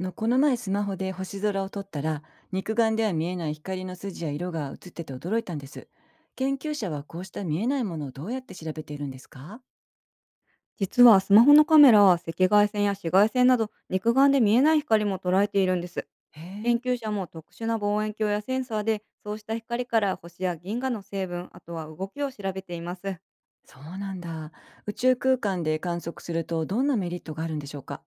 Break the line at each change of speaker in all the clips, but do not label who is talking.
この前スマホで星空を撮ったら、肉眼では見えない光の筋や色が映ってて驚いたんです。研究者はこうした見えないものをどうやって調べているんですか？
実はスマホのカメラは赤外線や紫外線など肉眼で見えない光も捉えているんです。
へ
研
え、
究者も特殊な望遠鏡やセンサーでそうした光から星や銀河の成分、あとは動きを調べています。
そうなんだ。宇宙空間で観測するとどんなメリットがあるんでしょうか？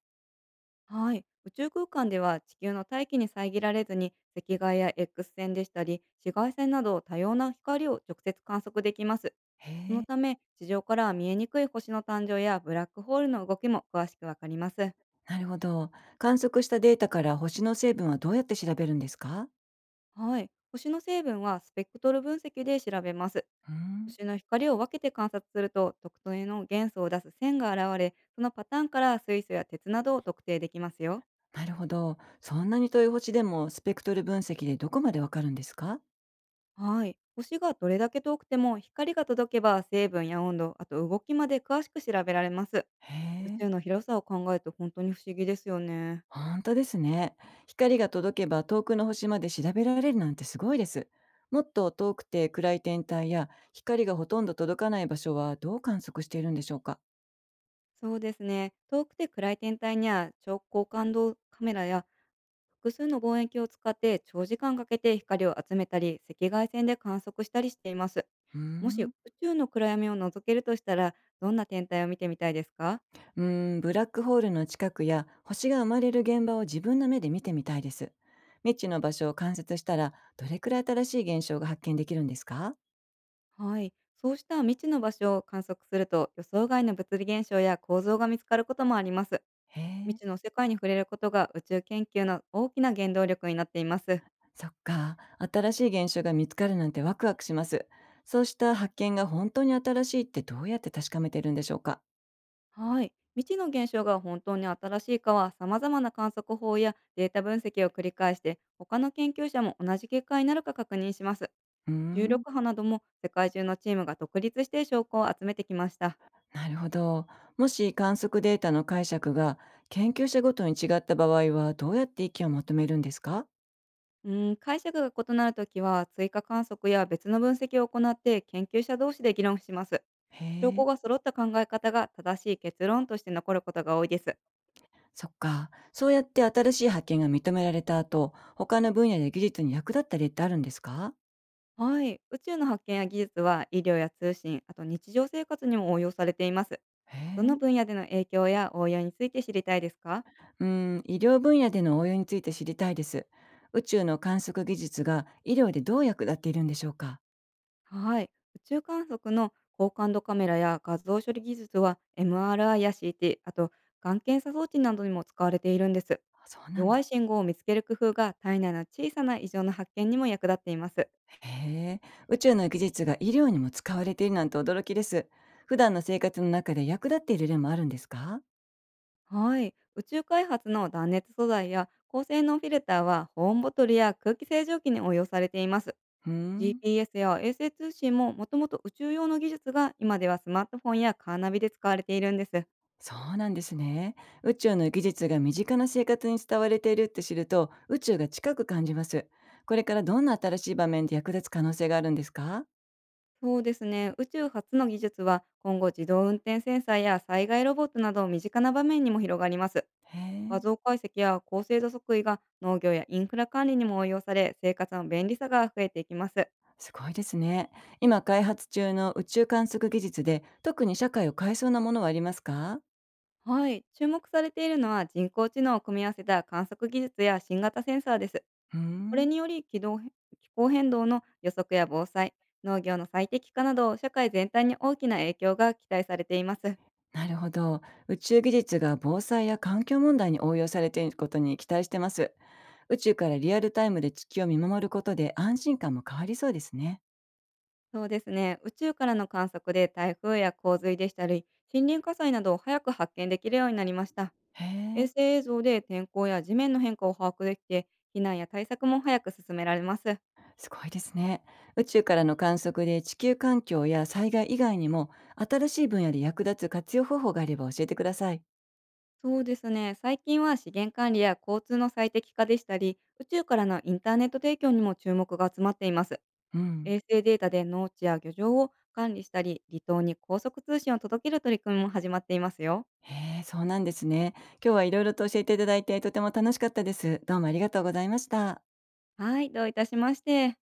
はい。宇宙空間では地球の大気に遮られずに赤外や X 線でしたり紫外線など多様な光を直接観測できます。
へ
その
え、
ため地上からは見えにくい星の誕生やブラックホールの動きも詳しくわかります。
なるほど。観測したデータから星の成分はどうやって調べるんですか？
はい。星の成分はスペクトル分析で調べます。
うん。
星の光を分けて観察すると、特定の元素を出す線が現れ、そのパターンから水素や鉄などを特定できますよ。
なるほど、そんなに遠い星でもスペクトル分析でどこまでわかるんですか？
はい。星がどれだけ遠くても光が届けば成分や温度、あと動きまで詳しく調べられます。
へ
宇
え、
宙の広さを考えると本当に不思議ですよね。
本当ですね。光が届けば遠くの星まで調べられるなんてすごいです。もっと遠くて暗い天体や光がほとんど届かない場所はどう観測しているんでしょうか？
そうですね。遠くて暗い天体には超高感度カメラや複数の望遠鏡を使って長時間かけて光を集めたり、赤外線で観測したりしています。
うー
もし宇
ん
宙の暗闇を覗けるとしたら、どんな天体を見てみたいですか？
うーん。ブラックホールの近くや星が生まれる現場を自分の目で見てみたいです。未知の場所を観察したらどれくらい新しい現象が発見できるんですか？
はい。そうした未知の場所を観測すると、予想外の物理現象や構造が見つかることもあります。
へえ、
未知の世界に触れることが宇宙研究の大きな原動力になっています。
そっか。新しい現象が見つかるなんてワクワクします。そうした発見が本当に新しいってどうやって確かめてるんでしょうか？
はい。未知の現象が本当に新しいかは、様々な観測法やデータ分析を繰り返して、他の研究者も同じ結果になるか確認します。
うー
重
ん、
力波なども世界中のチームが独立して証拠を集めてきました。
なるほど。もし観測データの解釈が研究者ごとに違った場合はどうやって意見をまとめるんですか？
うーん、解釈が異なるときは、追加観測や別の分析を行って研究者同士で議論します。
へ
証拠
え、
が揃った考え方が正しい結論として残ることが多いです。
そっか。そうやって新しい発見が認められた後、他の分野で技術に役立った例ってあるんですか？
はい。宇宙の発見や技術は医療や通信、あと日常生活にも応用されています。
へ
どの
え。
分野での影響や応用について知りたいですか？
うん、医療分野での応用について知りたいです。宇宙の観測技術が医療でどう役立っているんでしょうか？
はい。宇宙観測の高感度カメラや画像処理技術は MRI や CT、あと、がん検査装置などにも使われているんです。
あ、そうなん
弱い
だ。
信号を見つける工夫が体内の小さな異常の発見にも役立っています。
へえ、宇宙の技術が医療にも使われているなんて驚きです。普段の生活の中で役立っている例もあるんですか？
はい。宇宙開発の断熱素材や高性能フィルターは保温ボトルや空気清浄機に応用されています。
うーん、
GPS や衛星通信ももともと宇宙用の技術が今ではスマートフォンやカーナビで使われているんです。
そうなんですね。宇宙の技術が身近な生活に伝われているって知ると、宇宙が近く感じます。これからどんな新しい場面で役立つ可能性があるんですか？
そうですね。宇宙初の技術は今後自動運転センサーや災害ロボットなど身近な場面にも広がります。
へ
画
え、
像解析や高精度測位が農業やインフラ管理にも応用され、生活の便利さが増えていきます。
すごいですね。今開発中の宇宙観測技術で、特に社会を変えそうなものはありますか？
はい。注目されているのは人工知能を組み合わせた観測技術や新型センサーです。
うー
これ
ん。
により軌道変気候変動の予測や防災、農業の最適化など社会全体に大きな影響が期待されています。
なるほど。宇宙技術が防災や環境問題に応用されていることに期待してます。宇宙からリアルタイムで地球を見守ることで安心感も変わりそうですね。
そうですね。宇宙からの観測で台風や洪水でしたり、森林火災などを早く発見できるようになりました。
へ
衛
え、
星映像で天候や地面の変化を把握できて、避難や対策も早く進められます。
すごいですね。宇宙からの観測で地球環境や災害以外にも、新しい分野で役立つ活用方法があれば教えてください。
そうですね。最近は資源管理や交通の最適化でしたり、宇宙からのインターネット提供にも注目が集まっています。
うん。
衛星データで農地や漁場を管理したり、離島に高速通信を届ける取り組みも始まっていますよ。
へえ、そうなんですね。今日はいろいろと教えていただいてとても楽しかったです。どうもありがとうございました。
はい、どういたしまして。